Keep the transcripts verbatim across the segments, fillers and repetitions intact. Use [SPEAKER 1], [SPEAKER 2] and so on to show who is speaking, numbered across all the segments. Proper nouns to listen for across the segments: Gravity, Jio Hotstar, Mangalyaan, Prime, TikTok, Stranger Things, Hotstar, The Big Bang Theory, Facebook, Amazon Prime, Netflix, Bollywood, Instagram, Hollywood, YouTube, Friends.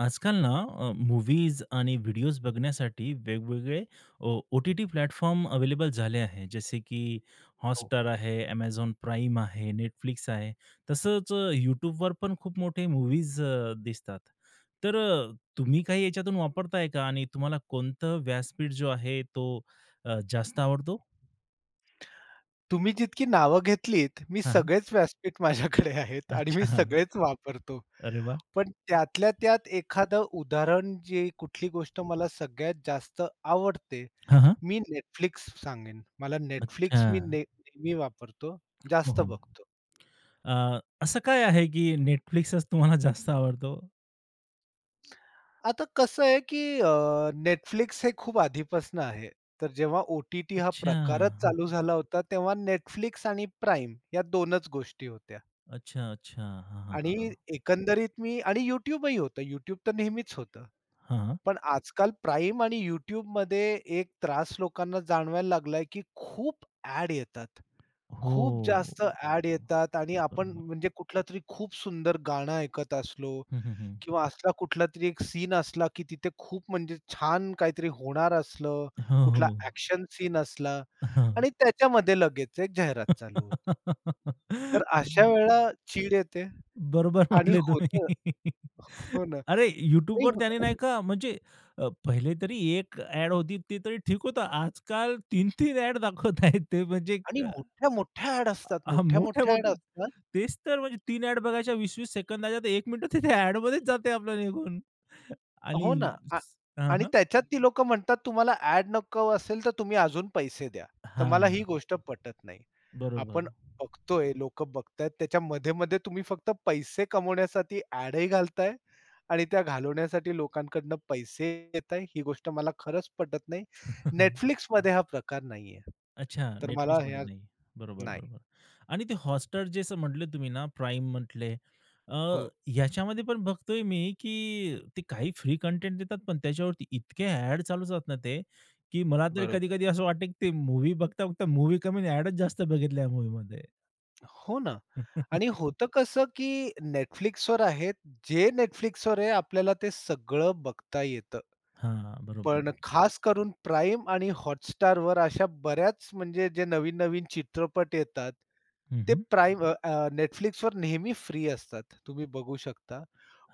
[SPEAKER 1] आजकाल ना अ, मूव्हीज आणि व्हिडिओज बघण्यासाठी वेगवेगळे ओ-टी-टी प्लॅटफॉर्म अवेलेबल झाले आहे. जसे की
[SPEAKER 2] हो.
[SPEAKER 1] Hotstar आहे, Amazon Prime आहे, Netflix आहे. तसंच अ, YouTubeवर पण खूप मोठे मूव्हीज अ, दिसतात. तर अ, तुम्ही काही याच्यातून वापरताय का? आणि तुम्हाला कोणतं व्यासपीठ जो आहे तो अ, जास्त आवडतो?
[SPEAKER 2] तुम्ही जितकी नावं घेतलीत, मी
[SPEAKER 1] हां, हां.
[SPEAKER 2] सगळेच व्यासपीठ माझ्याकडे आहेत आणि मी
[SPEAKER 1] अच्छा.
[SPEAKER 2] सगळेच वापरतो.
[SPEAKER 1] अरे वाह!
[SPEAKER 2] पण त्यातल्या त्यात एखादं उदाहरण, जी कुठली गोष्ट मला सगळ्यात जास्त आवडते,
[SPEAKER 1] हां, हां.
[SPEAKER 2] मी Netflix सांगेन. मला
[SPEAKER 1] अच्छा.
[SPEAKER 2] Netflix मी ने नेहमी वापरतो,
[SPEAKER 1] हो,
[SPEAKER 2] जास्त
[SPEAKER 1] हो.
[SPEAKER 2] बघतो.
[SPEAKER 1] अ, असं काय आहे की Netflixच तुम्हाला जास्त आवडतो?
[SPEAKER 2] आता कसं आहे, की अ, Netflix हे खूप आधीपासून आहे. तर जेव्हा ओ-टी-टी हा
[SPEAKER 1] अच्छा.
[SPEAKER 2] प्रकारच
[SPEAKER 1] हं.
[SPEAKER 2] चालू झाला होता, तेव्हा Netflix आणि Prime या दोनच गोष्टी होत्या
[SPEAKER 1] अच्छा, अच्छा. हां, हां,
[SPEAKER 2] आणि
[SPEAKER 1] हां, हां.
[SPEAKER 2] एकंदरीत मी आणि YouTubeही होतं. YouTube तर नेहमीच होतं.
[SPEAKER 1] हां.
[SPEAKER 2] पण आजकाल Prime आणि YouTubeमध्ये एक त्रास लोकांना जाणवायला लागलाय, की खूप ॲड येतात.
[SPEAKER 1] हो.
[SPEAKER 2] खूप जास्त ॲड येतात आणि आपण
[SPEAKER 1] बरोबर.
[SPEAKER 2] म्हणजे कुठला तरी खूप सुंदर गाणं ऐकत असलो
[SPEAKER 1] हं, हं, हं.
[SPEAKER 2] किंवा असला कुठला तरी एक सीन असला, की तिथे खूप म्हणजे छान काहीतरी होणार असलं,
[SPEAKER 1] हो, हो.
[SPEAKER 2] कुठला ॲक्शन सीन असला
[SPEAKER 1] हां.
[SPEAKER 2] आणि त्याच्यामध्ये लगेच एक जाहिरात चालू होते. तर अशा वेळेला चीड येते
[SPEAKER 1] बरोबर
[SPEAKER 2] आणि
[SPEAKER 1] म्हटले
[SPEAKER 2] होतं
[SPEAKER 1] तुम्ही.
[SPEAKER 2] हो ना.
[SPEAKER 1] अरे,
[SPEAKER 2] आणि
[SPEAKER 1] YouTubeवर त्याने नाही का म्हणजे अ, पहिले तरी एक ॲड होती ते तरी ठीक होतं. आजकाल तीन-तीन ॲड दाखवत आहेत ते म्हणजे
[SPEAKER 2] आणि मोठ्या-मोठ्या ॲड असतात,
[SPEAKER 1] अ,
[SPEAKER 2] मोठ्या-मोठ्या ॲड
[SPEAKER 1] मोठ्या-मोठ्या.
[SPEAKER 2] असतात.
[SPEAKER 1] तेच तर म्हणजे तीन ॲड बघायच्या वीस वीस सेकंदाच्या, तर एक मिनिट तर त्या ॲडमध्येच जाते आपलं निघून. आणि
[SPEAKER 2] हो ना. आ
[SPEAKER 1] हां,
[SPEAKER 2] आणि
[SPEAKER 1] हां.
[SPEAKER 2] त्याच्यात ती लोकं म्हणतात तुम्हाला ॲड नको असेल तर तुम्ही अजून पैसे द्या. तर मला ही
[SPEAKER 1] हां,
[SPEAKER 2] गोष्ट पटत नाही.
[SPEAKER 1] बरोबर.
[SPEAKER 2] आपण बघतोय, लोकं बघतायत त्याच्या मध्ये-मध्ये तुम्ही फक्त पैसे कमवण्यासाठी ॲडही घालताय आणि त्या घालवण्यासाठी लोकांकडनं पैसे घेताय. ही गोष्ट मला खरंच पटत नाही. Netflixमध्ये हा प्रकार नाहीये.
[SPEAKER 1] अच्छा,
[SPEAKER 2] तर मला
[SPEAKER 1] Netflixमध्ये
[SPEAKER 2] ह्या
[SPEAKER 1] नाही. बरोबर,
[SPEAKER 2] नाही.
[SPEAKER 1] बरोबर. आणि ते हॉटस्टार जे असं म्हटले तुम्ही ना, प्राईम म्हटले, अ,
[SPEAKER 2] हो,
[SPEAKER 1] ह्याच्यामध्ये पण बघतोय मी, की ते काही फ्री कंटेंट देतात, पण त्याच्यावरती इतके ॲड चालू असतात ना ते, की मला तरी
[SPEAKER 2] बरोबर.
[SPEAKER 1] कधी-कधी असं वाटतं, की ते मूव्ही बघता-बघता मूव्ही कमी आणि जास्त बघितल्या मूव्हीमध्ये.
[SPEAKER 2] हो ना. आणि होतं कसं, की Netflixवर आहेत, जे Netflixवर आहे आपल्याला ते सगळं बघता येतं.
[SPEAKER 1] हां, बरोबर.
[SPEAKER 2] पण हं. खास करून Prime आणि Hotstarवर अशा बऱ्याच म्हणजे जे नवीन-नवीन चित्रपट येतात,
[SPEAKER 1] हं,
[SPEAKER 2] ते हं,
[SPEAKER 1] हं.
[SPEAKER 2] Prime हं. नेहमी फ्री असतात. तुम्ही बघू शकता.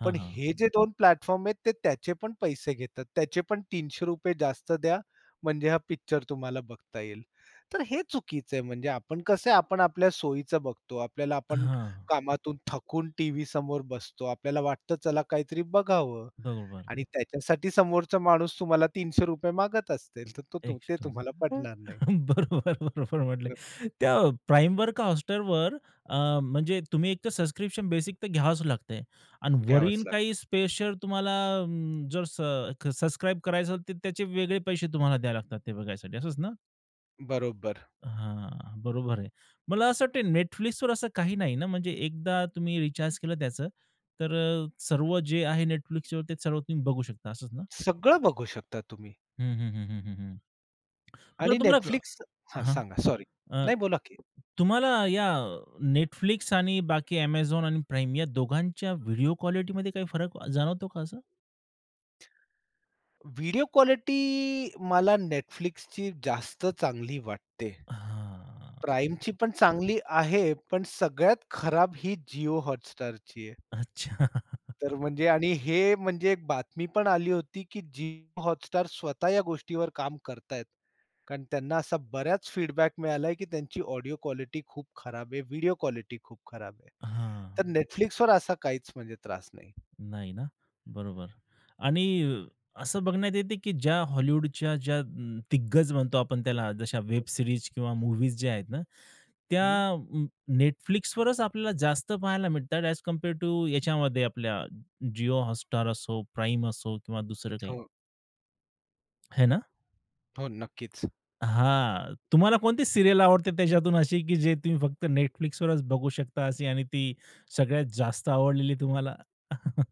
[SPEAKER 1] हां,
[SPEAKER 2] पण
[SPEAKER 1] हां.
[SPEAKER 2] हे जे दोन प्लॅटफॉर्म आहेत ते त्याचे पण पैसे घेतात. त्याचे पण ₹तीनशे रुपये जास्त द्या, म्हणजे हा पिक्चर तुम्हाला बघता येईल. तर हे चुकीचं आहे. म्हणजे आपण कसं आहे आपण आपल्या सोयीचं बघतो. आपल्याला आपण
[SPEAKER 1] हां.
[SPEAKER 2] कामातून थकून टीव्ही समोर बसतो. आपल्याला वाटतं चला काहीतरी बघावं
[SPEAKER 1] बरोबर.
[SPEAKER 2] आणि त्याच्यासाठी समोरचा माणूस तुम्हाला ₹तीनशे रुपये मागत असतील, तर तो तो- ते
[SPEAKER 1] एक्स्ट्रा.
[SPEAKER 2] तुम्हाला पटणार नाही.
[SPEAKER 1] बरोबर, बरोबर म्हटले.
[SPEAKER 2] बरोबर.
[SPEAKER 1] त्या Primeवर का Hotstarवर, अ, म्हणजे तुम्ही एक तर सबस्क्रिप्शन बेसिक तर घ्यावंच लागतंय आणि
[SPEAKER 2] घ्यावंच
[SPEAKER 1] वरील
[SPEAKER 2] लागतं.
[SPEAKER 1] काही स्पेशल तुम्हाला अं, जर स सबस्क्राईब करायचं असेल, तर त्याचे वेगळे पैसे तुम्हाला द्यावे लागतात ते बघायसाठी असंच ना?
[SPEAKER 2] बरोबर.
[SPEAKER 1] हां, बरोबर आहे. मला असं वाटतंय Netflixवर असं काही नाही ना, म्हणजे एकदा तुम्ही रिचार्ज केलं त्याचं, तर अ, सर्व जे आहे Netflixवर ते सर्व तुम्ही बघू शकता असंच ना?
[SPEAKER 2] सगळं बघू शकता तुम्ही
[SPEAKER 1] हं, हं, हं, हं, हं.
[SPEAKER 2] आणि
[SPEAKER 1] बरं तुम्हाला
[SPEAKER 2] Netflix हां,
[SPEAKER 1] हां,
[SPEAKER 2] सांगा. सॉरी.
[SPEAKER 1] अ,
[SPEAKER 2] नाही बोला की.
[SPEAKER 1] तुम्हाला या Netflix आणि बाकी Amazon आणि Prime या दोघांच्या व्हिडिओ क्वालिटीमध्ये काही फरक जाणवतो का असा?
[SPEAKER 2] व्हिडिओ क्वालिटी मला Netflixची जास्त चांगली वाटते.
[SPEAKER 1] हां.
[SPEAKER 2] Primeची पण चांगली आहे, पण सगळ्यात खराब ही Jio Hotstarची आहे.
[SPEAKER 1] अच्छा.
[SPEAKER 2] तर म्हणजे आणि हे म्हणजे एक बातमी पण आली होती, की Jio Hotstar स्वतः या गोष्टीवर काम करतायत. कारण त्यांना असा बऱ्याच फीडबॅक मिळालाय, की त्यांची ऑडिओ क्वालिटी खूप खराब आहे, व्हिडिओ क्वालिटी खूप खराब आहे.
[SPEAKER 1] हां.
[SPEAKER 2] तर Netflixवर असा काहीच म्हणजे त्रास नाही.
[SPEAKER 1] नाही ना? बरोबर. आणि असं बघण्यात येते, की ज्या हॉलिवूडच्या ज्या अं, दिग्गज म्हणतो आपण त्याला, जशा वेब सीरीज किंवा मूव्हीज ज्या आहेत ना, त्या
[SPEAKER 2] हं.
[SPEAKER 1] अं, Netflixवरच आपल्याला जास्त पाहायला मिळतात ॲज कंपेअर टू याच्यामध्ये आपल्या जिओ हॉटस्टार असो, प्राईम असो किंवा दुसरं काही.
[SPEAKER 2] हो,
[SPEAKER 1] है ना?
[SPEAKER 2] हो. नक्कीच.
[SPEAKER 1] हां. तुम्हाला कोणती सीरियल आवडते त्याच्यातून अशी, की जे तुम्ही फक्त Netflixवरच बघू शकता अशी आणि ती सगळ्यात जास्त आवडलेली तुम्हाला?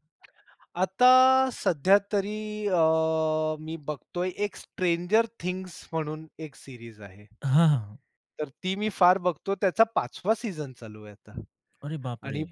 [SPEAKER 2] आता सध्या तरी अ, मी बघतोय एक स्ट्रेंजर थिंग्स म्हणून एक सीरीज आहे.
[SPEAKER 1] हां, हां.
[SPEAKER 2] तर ती मी फार बघतो. त्याचा पाचवा सीझन चालू आहे आता
[SPEAKER 1] अरे
[SPEAKER 2] आणि
[SPEAKER 1] बापरे!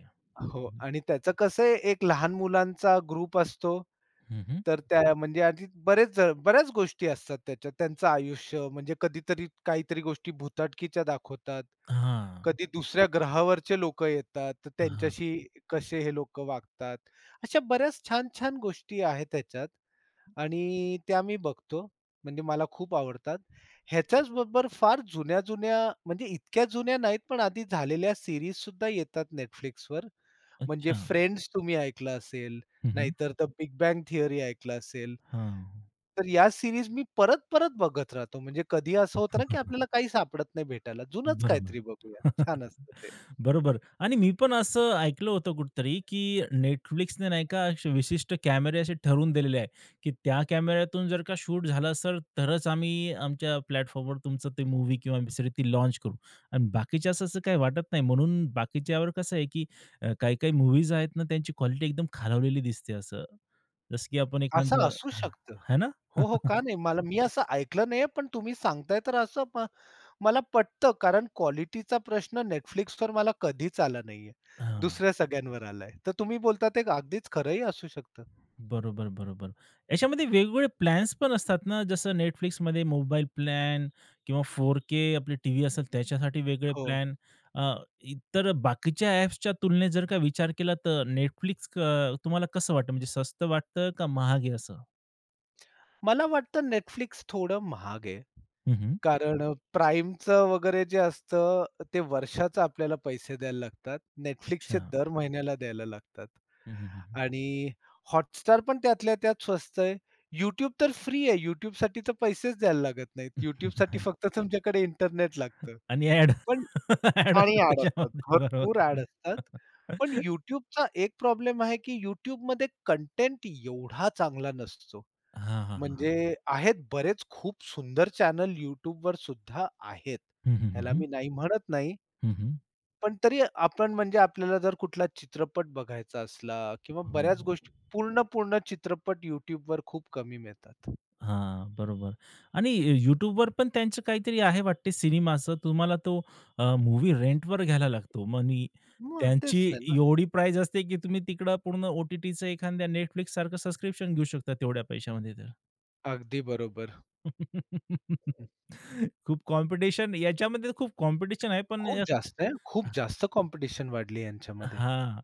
[SPEAKER 2] हो
[SPEAKER 1] हं,
[SPEAKER 2] आणि त्याचं कसं आहे एक लहान मुलांचा ग्रुप असतो.
[SPEAKER 1] हं, हं.
[SPEAKER 2] तर त्या म्हणजे आधी बरेच जण- बऱ्याच गोष्टी असतात त्याच्यात. त्यांचं आयुष्य म्हणजे कधीतरी काहीतरी गोष्टी भुताटकीच्या दाखवतात.
[SPEAKER 1] हां,
[SPEAKER 2] कधी दुसऱ्या ग्रहावरचे लोकं येतात, तर
[SPEAKER 1] हां.
[SPEAKER 2] त्यांच्याशी कसे हे लोकं वागतात. अशा बऱ्याच छान-छान गोष्टी आहेत त्याच्यात आणि त्या मी बघतो. म्हणजे मला खूप आवडतात. ह्याच्याच बरोबर फार जुन्या-जुन्या म्हणजे इतक्या जुन्या नाहीत, पण आधी झालेल्या सीरीज सुद्धा येतात Netflixवर. म्हणजे
[SPEAKER 1] अच्छा.
[SPEAKER 2] फ्रेंड्स तुम्ही ऐकलं असेल,
[SPEAKER 1] हं, हं.
[SPEAKER 2] नाहीतर द बिग बॅंग थिअरी ऐकलं असेल.
[SPEAKER 1] हां.
[SPEAKER 2] तर या सीरीज मी परत-परत बघत राहतो. म्हणजे कधी असं होतं ना, की आपल्याला काही सापडत नाही भेटायला. जुनंच
[SPEAKER 1] बरोबर.
[SPEAKER 2] काहीतरी बघूया. छान असतं ते.
[SPEAKER 1] बरोबर आणि मी पण असं ऐकलं होतं कुठेतरी, की Netflixने नाही का असे विशिष्ट कॅमेरे असे ठरवून दिलेले आहे, की त्या कॅमेऱ्यातून जर का शूट झाला सर, तरच आम्ही आमच्या प्लॅटफॉर्मवर तुमचं ते मूव्ही किंवा वेबसिरीज ती लॉन्च करू आणि बाकीच्या असं असं काही वाटत नाही. म्हणून बाकीच्यावर कसं आहे, की अ, काही-काही मूव्हीज आहेत ना, त्यांची क्वालिटी एकदम खालावलेली दिसते असं. जसं की आपण
[SPEAKER 2] असं
[SPEAKER 1] एखादं
[SPEAKER 2] असू
[SPEAKER 1] हां,
[SPEAKER 2] शकतं.
[SPEAKER 1] है ना?
[SPEAKER 2] हो, हो. का नाही? मला मी असं ऐकलं नाहीये, पण तुम्ही सांगताय तर असं म मला पटतं. कारण क्वालिटीचा प्रश्न Netflixवर मला कधीच आला नाहीये. दुसऱ्या सगळ्यांवर आलाय. तर तुम्ही बोलता ते अगदीच खरंही असू शकतं.
[SPEAKER 1] बरोबर, बरोबर. याच्यामध्ये वेगवेगळे प्लॅन्स पण असतात ना, जसं Netflixमध्ये मोबाईल प्लॅन किंवा फोर के आपली टीव्ही असेल त्याच्यासाठी वेगळे
[SPEAKER 2] हो.
[SPEAKER 1] प्लॅन. अ, इतर बाकीच्या ॲप्सच्या तुलनेत जर का विचार केला तर Netflix क तुम्हाला कसं वाटतं? म्हणजे स्वस्त वाटतं का महाग आहे असं?
[SPEAKER 2] मला वाटतं Netflix थोडं महाग आहे.
[SPEAKER 1] हं,
[SPEAKER 2] कारण अ, प्राईमचं वगैरे जे असतं, ते वर्षाचं आपल्याला पैसे द्यायला लागतात.
[SPEAKER 1] अच्छा.
[SPEAKER 2] Netflixचे दर महिन्याला द्यायला लागतात.
[SPEAKER 1] हं, हं, हं.
[SPEAKER 2] आणि Hotstar पण त्यातल्या त्यात स्वस्त आहे. YouTube तर फ्री आहे. YouTubeसाठी तर पैसेच द्यायला लागत नाहीत. YouTubeसाठी
[SPEAKER 1] नाही.
[SPEAKER 2] फक्त तुमच्याकडे इंटरनेट लागतं.
[SPEAKER 1] आणि ॲड,
[SPEAKER 2] पण
[SPEAKER 1] ॲड
[SPEAKER 2] आणि ॲड असतात.
[SPEAKER 1] त्याच्यामध्ये.
[SPEAKER 2] भरपूर ॲड
[SPEAKER 1] बरोबर.
[SPEAKER 2] असतात. पण YouTubeचा एक प्रॉब्लेम आहे, की YouTubeमध्ये कंटेंट एवढा चांगला नसतो.
[SPEAKER 1] हां, हां, हां, हां.
[SPEAKER 2] म्हणजे आहेत बरेच खूप सुंदर चॅनल वर सुद्धा आहेत.
[SPEAKER 1] हं, हं, हं,
[SPEAKER 2] ह्याला
[SPEAKER 1] हं.
[SPEAKER 2] मी नाही म्हणत नाही.
[SPEAKER 1] हं,
[SPEAKER 2] पण तरी आपण म्हणजे आपल्याला जर कुठला चित्रपट बघायचा असला किंवा बऱ्याच गोष्टी पूर्ण, पूर्ण चित्रपट YouTube वर खूप कमी मिळतात.
[SPEAKER 1] हां, बरोबर. आणि YouTubeवर पण त्यांचं काहीतरी आहे वाटते सिनेमाचं. तुम्हाला तो अ, मूव्ही रेंटवर घ्यायला लागतो. मग नी
[SPEAKER 2] मग तेच
[SPEAKER 1] त्यांची
[SPEAKER 2] आहे ना.
[SPEAKER 1] एवढी प्राईज असते, की तुम्ही तिकडं पूर्ण ओ-टी-टीचं एखाद्या Netflixसारखं सबस्क्रिप्शन घेऊ शकता तेवढ्या पैशामध्ये तर.
[SPEAKER 2] अगदी बरोबर.
[SPEAKER 1] खूप कॉम्पिटिशन याच्यामध्ये, खूप कॉम्पिटिशन आहे. पण
[SPEAKER 2] खूप
[SPEAKER 1] अ,
[SPEAKER 2] जास्त आहे. खूप जास्त कॉम्पिटिशन वाढली यांच्यामध्ये.
[SPEAKER 1] हां.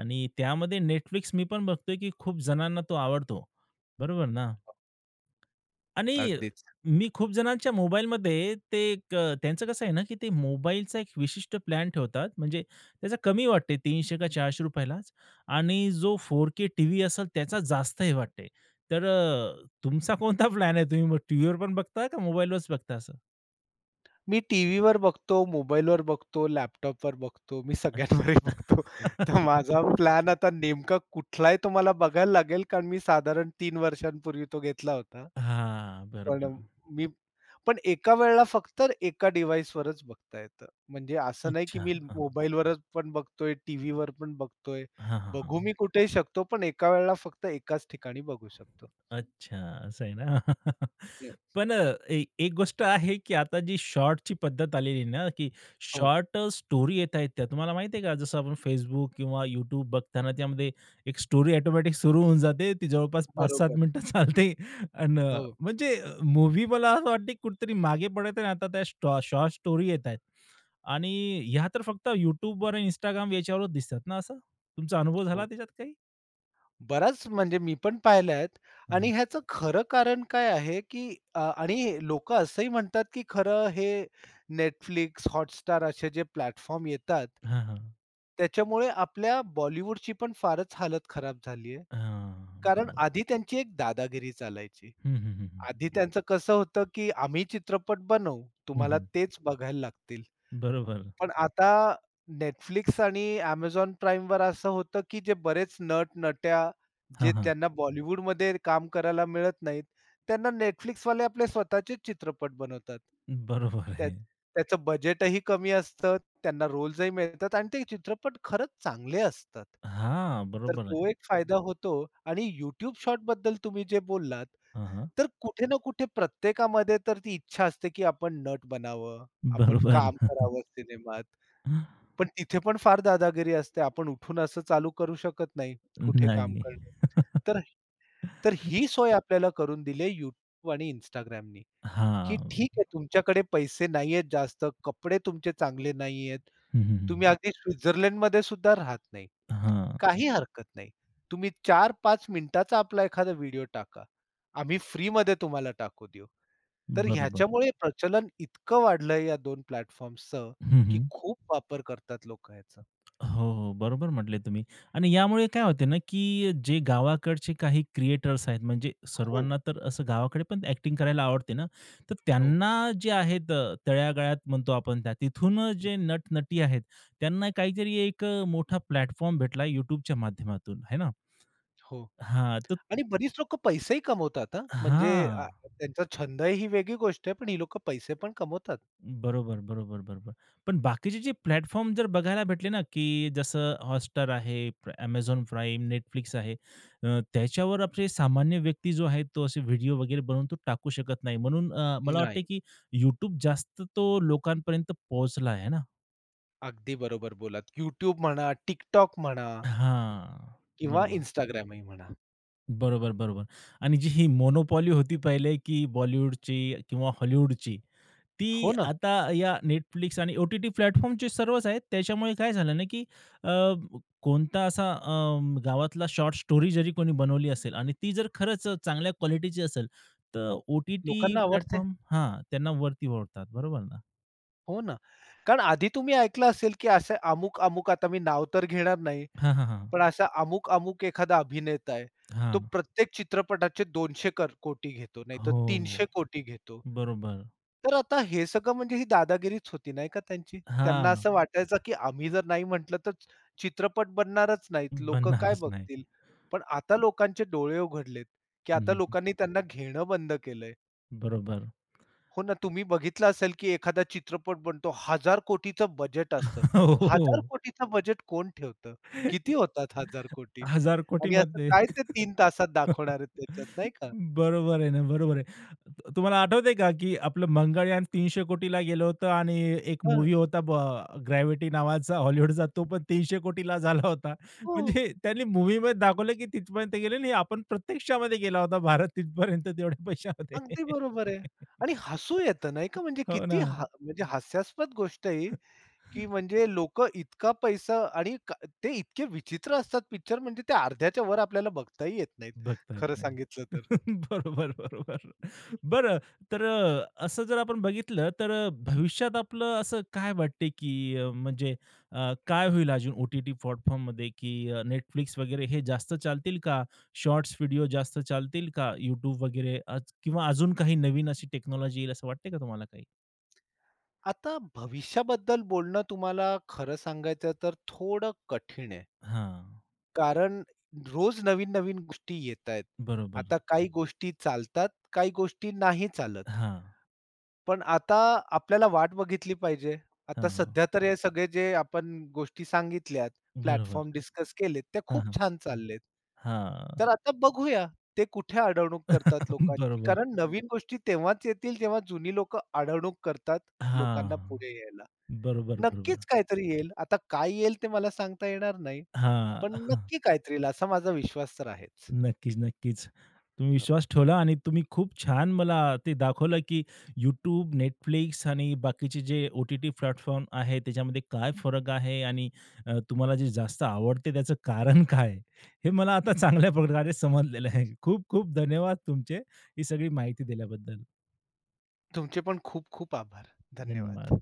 [SPEAKER 1] आणि त्यामध्ये Netflix मी पण बघतोय, की खूप जणांना तो आवडतो. बरोबर ना? आणि
[SPEAKER 2] अगदीच.
[SPEAKER 1] मी खूप जणांच्या मोबाईलमध्ये ते एक अ, त्यांचं कसं आहे ना, की ते मोबाईलचा एक विशिष्ट प्लॅन ठेवतात. म्हणजे त्याचा कमी वाटते तीनशे का ₹चारशे रुपये लाच आणि जो फोर के टीव्ही असेल त्याचा जास्त हे वाटते. तर अ, तुमचा कोणता प्लॅन आहे? तुम्ही मग टीव्हीवर पण बघता का मोबाईलवरच बघता असं?
[SPEAKER 2] मी टीव्हीवर बघतो, मोबाईलवर बघतो, लॅपटॉपवर बघतो, मी सगळ्यांवरही बघतो.
[SPEAKER 1] अच्छा.
[SPEAKER 2] तर माझा प्लॅन आता नेमका कुठला आहे तो मला बघायला लागेल, कारण मी साधारण तीन वर्षांपूर्वी तो घेतला होता.
[SPEAKER 1] हां,
[SPEAKER 2] पण
[SPEAKER 1] बरोबर.
[SPEAKER 2] मी पण एका वेळेला फक्त एका डिव्हाइसवरच बघता येतं. म्हणजे असं नाही की
[SPEAKER 1] अच्छा.
[SPEAKER 2] मी
[SPEAKER 1] हां.
[SPEAKER 2] मोबाईलवरच पण बघतोय, टीव्हीवर पण बघतोय.
[SPEAKER 1] हां, हां, हां.
[SPEAKER 2] बघू मी कुठेही शकतो, पण एका वेळेला फक्त एकाच ठिकाणी बघू शकतो.
[SPEAKER 1] अच्छा, असं आहे ना. पण अ, ए एक गोष्ट आहे, की आता जी शॉर्टची पद्धत आलेली आहे ना, की
[SPEAKER 2] हो.
[SPEAKER 1] शॉर्ट अ, स्टोरी येत आहेत त्या. तुम्हाला माहिती आहे का? जसं आपण Facebook किंवा YouTube बघताना त्यामध्ये एक स्टोरी ऑटोमॅटिक सुरू होऊन जाते. ती जवळपास
[SPEAKER 2] बरोबर.
[SPEAKER 1] पाच ते सात मिनिटं चालते. अन्
[SPEAKER 2] हो,
[SPEAKER 1] म्हणजे अ, मला असं वाटते कुठेतरी मागे पडत आहे आणि आता त्या शॉर्ट स्टोरी येत आहेत. आणि ह्या तर फक्त YouTubeवर आणि Instagram याच्यावरच दिसतात ना असं? तुमचा अनुभव झाला
[SPEAKER 2] हो.
[SPEAKER 1] त्याच्यात काही?
[SPEAKER 2] बराच म्हणजे मी पण पाहिल्या आहेत आणि ह्याचं खरं कारण काय आहे, की अ, आणि लोकं असंही म्हणतात, की खरं हे नेटफ्लिक्स, हॉटस्टार असे जे प्लॅटफॉर्म येतात
[SPEAKER 1] हां, हां.
[SPEAKER 2] त्याच्यामुळे आपल्या बॉलिवूडची पण फारच हालत खराब झाली आहे.
[SPEAKER 1] हां,
[SPEAKER 2] कारण
[SPEAKER 1] बरोबर.
[SPEAKER 2] आधी त्यांची एक दादागिरी चालायची.
[SPEAKER 1] हं, हं, हं, हं.
[SPEAKER 2] आधी त्यांचं कसं होतं, की आम्ही चित्रपट बनवू,
[SPEAKER 1] हं,
[SPEAKER 2] तुम्हाला
[SPEAKER 1] हं.
[SPEAKER 2] तेच बघायला लागतील.
[SPEAKER 1] बरोबर.
[SPEAKER 2] पण आता Netflix आणि Amazon वर असं होतं, की जे बरेच नट-नट्या जे
[SPEAKER 1] हां, हां.
[SPEAKER 2] त्यांना बॉलिवूडमध्ये काम करायला मिळत नाहीत, त्यांना Netflix वाले आपले स्वतःचेच चित्रपट बनवतात.
[SPEAKER 1] बरोबर
[SPEAKER 2] त्या
[SPEAKER 1] आहे.
[SPEAKER 2] त्याचं बजेटही कमी असतं, त्यांना रोल्सही मिळतात आणि ते चित्रपट खरंच चांगले असतात.
[SPEAKER 1] हां,
[SPEAKER 2] तर
[SPEAKER 1] बरोबर आहे.
[SPEAKER 2] तो एक फायदा होतो आणि YouTube शॉर्टबद्दल तुम्ही जे बोललात,
[SPEAKER 1] हां, हां.
[SPEAKER 2] तर कुठे ना कुठे प्रत्येकामध्ये तर ती इच्छा असते, की आपण नट बनावं, आपण
[SPEAKER 1] बरोबर.
[SPEAKER 2] काम करावं सिनेमात. पण तिथे पण फार दादागिरी असते. आपण उठून असं चालू करू शकत नाही कुठे काम
[SPEAKER 1] नाही.
[SPEAKER 2] करणं. तर तर ही सोय आपल्याला करून दिली आहे YouTube आणि Instagramनी, की
[SPEAKER 1] हां.
[SPEAKER 2] ठीक आहे तुमच्याकडे पैसे नाहीयेत जास्त, कपडे तुमचे चांगले नाहीयेत,
[SPEAKER 1] हं, हं, हं.
[SPEAKER 2] तुम्ही अगदी स्वित्झर्लंडमध्ये सुद्धा राहत नाही.
[SPEAKER 1] हां.
[SPEAKER 2] काही हरकत नाही. तुम्ही चार पाच मिनिटाचा आपला एखादा व्हिडिओ टाका. आम्ही फ्रीमध्ये तुम्हाला टाकू देऊ. तर
[SPEAKER 1] बरोबर.
[SPEAKER 2] ह्याच्यामुळे प्रचलन इतकं वाढलंय या दोन प्लॅटफॉर्म्सचं,
[SPEAKER 1] हं,
[SPEAKER 2] की
[SPEAKER 1] हं.
[SPEAKER 2] खूप वापर करतात लोकं ह्याचा.
[SPEAKER 1] हो, हो. बरोबर म्हटले तुम्ही. आणि यामुळे काय होते ना, की जे गावाकडचे काही क्रिएटर्स आहेत, म्हणजे
[SPEAKER 2] हो,
[SPEAKER 1] सर्वांना तर असं गावाकडे पण ॲक्टिंग करायला आवडते ना, तर
[SPEAKER 2] हो.
[SPEAKER 1] त्यांना जे आहेत, अ, तळागाळात म्हणतो आपण त्या, तिथून जे नट आहेत, त्यांना काहीतरी एक अ, मोठा प्लॅटफॉर्म भेटला YouTubeच्या माध्यमातून, आहे ना?
[SPEAKER 2] हो.
[SPEAKER 1] हां, तर
[SPEAKER 2] आणि बरीच लोकं पैसेही कमवतात हां. म्हणजे
[SPEAKER 1] हां.
[SPEAKER 2] अ, त्यांचा छंद ही वेगळी गोष्ट आहे, पण ही लोकं पैसे पण कमवतात.
[SPEAKER 1] बरोबर, बरोबर, बरोबर. पण बाकीचे जे प्लॅटफॉर्म जर बघायला भेटले ना, की जसं Hotstar आहे, प्र Amazon Prime, आहे. अ, त्याच्यावर आपले सामान्य व्यक्ती जो आहे, तो असे व्हिडिओ वगैरे बनवून तो टाकू शकत नाही. म्हणून अ, मला वाटतं
[SPEAKER 2] नाही.
[SPEAKER 1] की YouTube जास्त तो लोकांपर्यंत पोहोचला आहे ना?
[SPEAKER 2] अगदी बरोबर बोलात. YouTube म्हणा, TikTok म्हणा
[SPEAKER 1] हां,
[SPEAKER 2] किंवा
[SPEAKER 1] बरोबर.
[SPEAKER 2] Instagramही म्हणा.
[SPEAKER 1] बरोबर, बरोबर. आणि जी ही मोनोपॉली होती पहिले, की बॉलिवूडची किंवा हॉलिवूडची, ती
[SPEAKER 2] हो ना,
[SPEAKER 1] आता या Netflix आणि ओ-टी-टी प्लॅटफॉर्म जे सर्वच आहेत, त्याच्यामुळे काय झालं ना, की अ, कोणता असा अ, गावातला शॉर्ट स्टोरी जरी कोणी बनवली असेल आणि ती जर खरंच चांगल्या क्वालिटीची असेल, तर ओ-टी-टी
[SPEAKER 2] लोकांना आवडते.
[SPEAKER 1] प्लॅटफॉर्म हां, त्यांना वरती ओढतात. बरोबर ना?
[SPEAKER 2] हो ना. कारण आधी तुम्ही ऐकलं असेल, की असे अमुक-अमुक आता मी नाव तर घेणार नाही.
[SPEAKER 1] हां, हां, हां.
[SPEAKER 2] पण असा अमुक-अमुक एखादा अभिनेता आहे, तो
[SPEAKER 1] हां.
[SPEAKER 2] प्रत्येक चित्रपटाचे दोनशे कर कोटी घेतो, नाहीतर
[SPEAKER 1] हो.
[SPEAKER 2] तीनशे कोटी घेतो.
[SPEAKER 1] बरोबर.
[SPEAKER 2] तर आता हे सगळं म्हणजे ही दादागिरीच होती नाही का त्यांची. त्यांना
[SPEAKER 1] हां.
[SPEAKER 2] असं वाटायचं, की आम्ही जर नाही म्हटलं तर चित्रपट बनणारच नाहीत. लोकं काय
[SPEAKER 1] बनणारच नाही.
[SPEAKER 2] बघतील? पण आता लोकांचे डोळे उघडलेत, की आता
[SPEAKER 1] हं,
[SPEAKER 2] लोकांनी त्यांना घेणं बंद केलंय.
[SPEAKER 1] बरोबर.
[SPEAKER 2] हो ना, तुम्ही बघितलं असेल, की एखादा चित्रपट बनतो, हजार कोटीचं बजेट असतं.
[SPEAKER 1] हो.
[SPEAKER 2] हजार कोटीचं बजेट कोण ठेवतं? किती होतात हजार कोटी?
[SPEAKER 1] हजार
[SPEAKER 2] आणि असं
[SPEAKER 1] कोटीमध्ये.
[SPEAKER 2] काय ते तीन तासात दाखवणार आहेत त्याच्यात, नाही का?
[SPEAKER 1] बरोबर आहे ना, बरोबर आहे. तु तुम्हाला आठवतंय का, की आपलं मंगळयान तीनशे कोटीला गेलं होतं आणि एक
[SPEAKER 2] हं,
[SPEAKER 1] मूव्ही होता ब ग्रॅव्हिटी नावाचा हॉलिवूडचा, तो पण तीनशे कोटीला झाला होता.
[SPEAKER 2] हो,
[SPEAKER 1] म्हणजे त्यांनी मूव्हीमध्ये दाखवलं, की तिथपर्यंत गेले आणि आपण प्रत्यक्षामध्ये गेला होता भारत तिथपर्यंत तेवढ्या पैशामध्ये.
[SPEAKER 2] अगदी बरोबर आहे. आणि हसू येतं नाही का, म्हणजे
[SPEAKER 1] हो
[SPEAKER 2] किती
[SPEAKER 1] ना.
[SPEAKER 2] हा म्हणजे हास्यास्पद गोष्ट आहे ही. की म्हणजे लोक इतका पैसा आणि का ते इतके विचित्र असतात पिक्चर म्हणजे ते अर्ध्याच्या वर आपल्याला बघताही येत नाहीत,
[SPEAKER 1] बघता येत
[SPEAKER 2] खरं
[SPEAKER 1] नाही.
[SPEAKER 2] सांगितलं तर.
[SPEAKER 1] बरोबर, बरोबर. बरं, तर अ, असं जर आपण बघितलं तर अ, भविष्यात आपलं असं काय वाटते, की अ, म्हणजे अ, काय होईल अजून ओ-टी-टी प्लॅटफॉर्ममध्ये, की अ, Netflix वगैरे हे जास्त चालतील का? शॉर्ट्स व्हिडिओ जास्त चालतील का? YouTube वगैरे आज किंवा अजून काही नवीन अशी टेक्नॉलॉजी येईल असं वाटते का तुम्हाला काही?
[SPEAKER 2] आता भविष्याबद्दल बोलणं तुम्हाला खरं सांगायचं तर थोडं कठीण आहे.
[SPEAKER 1] हां.
[SPEAKER 2] कारण रोज नवीन-नवीन गोष्टी येतायत.
[SPEAKER 1] बरोबर.
[SPEAKER 2] आता काही गोष्टी चालतात, काही गोष्टी नाही चालत.
[SPEAKER 1] हां,
[SPEAKER 2] पण आता आपल्याला वाट बघितली पाहिजे. आता
[SPEAKER 1] हां,
[SPEAKER 2] सध्या तर हे सगळे जे आपण गोष्टी सांगितल्यात,
[SPEAKER 1] बरोबर.
[SPEAKER 2] प्लॅटफॉर्म डिस्कस केलेत, त्या
[SPEAKER 1] हां,
[SPEAKER 2] खूप
[SPEAKER 1] हां.
[SPEAKER 2] छान चाललेत.
[SPEAKER 1] हां.
[SPEAKER 2] तर आता बघूया ते कुठे अडवणूक करतात लोकांची.
[SPEAKER 1] बरोबर.
[SPEAKER 2] कारण नवीन गोष्टी तेव्हाच येतील जेव्हा जुनी लोकं अडवणूक करतात
[SPEAKER 1] हां.
[SPEAKER 2] लोकांना पुढे यायला.
[SPEAKER 1] बरोबर, बरोबर.
[SPEAKER 2] नक्कीच काहीतरी येईल. आता काय येईल ते मला सांगता येणार नाही. पण
[SPEAKER 1] हां.
[SPEAKER 2] नक्की काहीतरी येईल असा माझा विश्वास तर आहेच.
[SPEAKER 1] नक्कीच, नक्कीच. तुम्ही
[SPEAKER 2] हो.
[SPEAKER 1] विश्वास ठेवला आणि तुम्ही खूप छान मला ते दाखवलं, की YouTube, Netflix आणि बाकीचे जे ओ-टी-टी प्लॅटफॉर्म आहे, त्याच्यामध्ये काय फरक आहे आणि अ, तुम्हाला जे जास्त आवडते त्याचं कारण काय आहे? हे मला आता चांगल्या प्रकारे समजलेलं आहे. खूप-खूप धन्यवाद तुमचे, ही सगळी माहिती दिल्याबद्दल.
[SPEAKER 2] तुमचे पण खूप खूप आभार.
[SPEAKER 1] धन्यवाद.
[SPEAKER 2] धन्यवाद.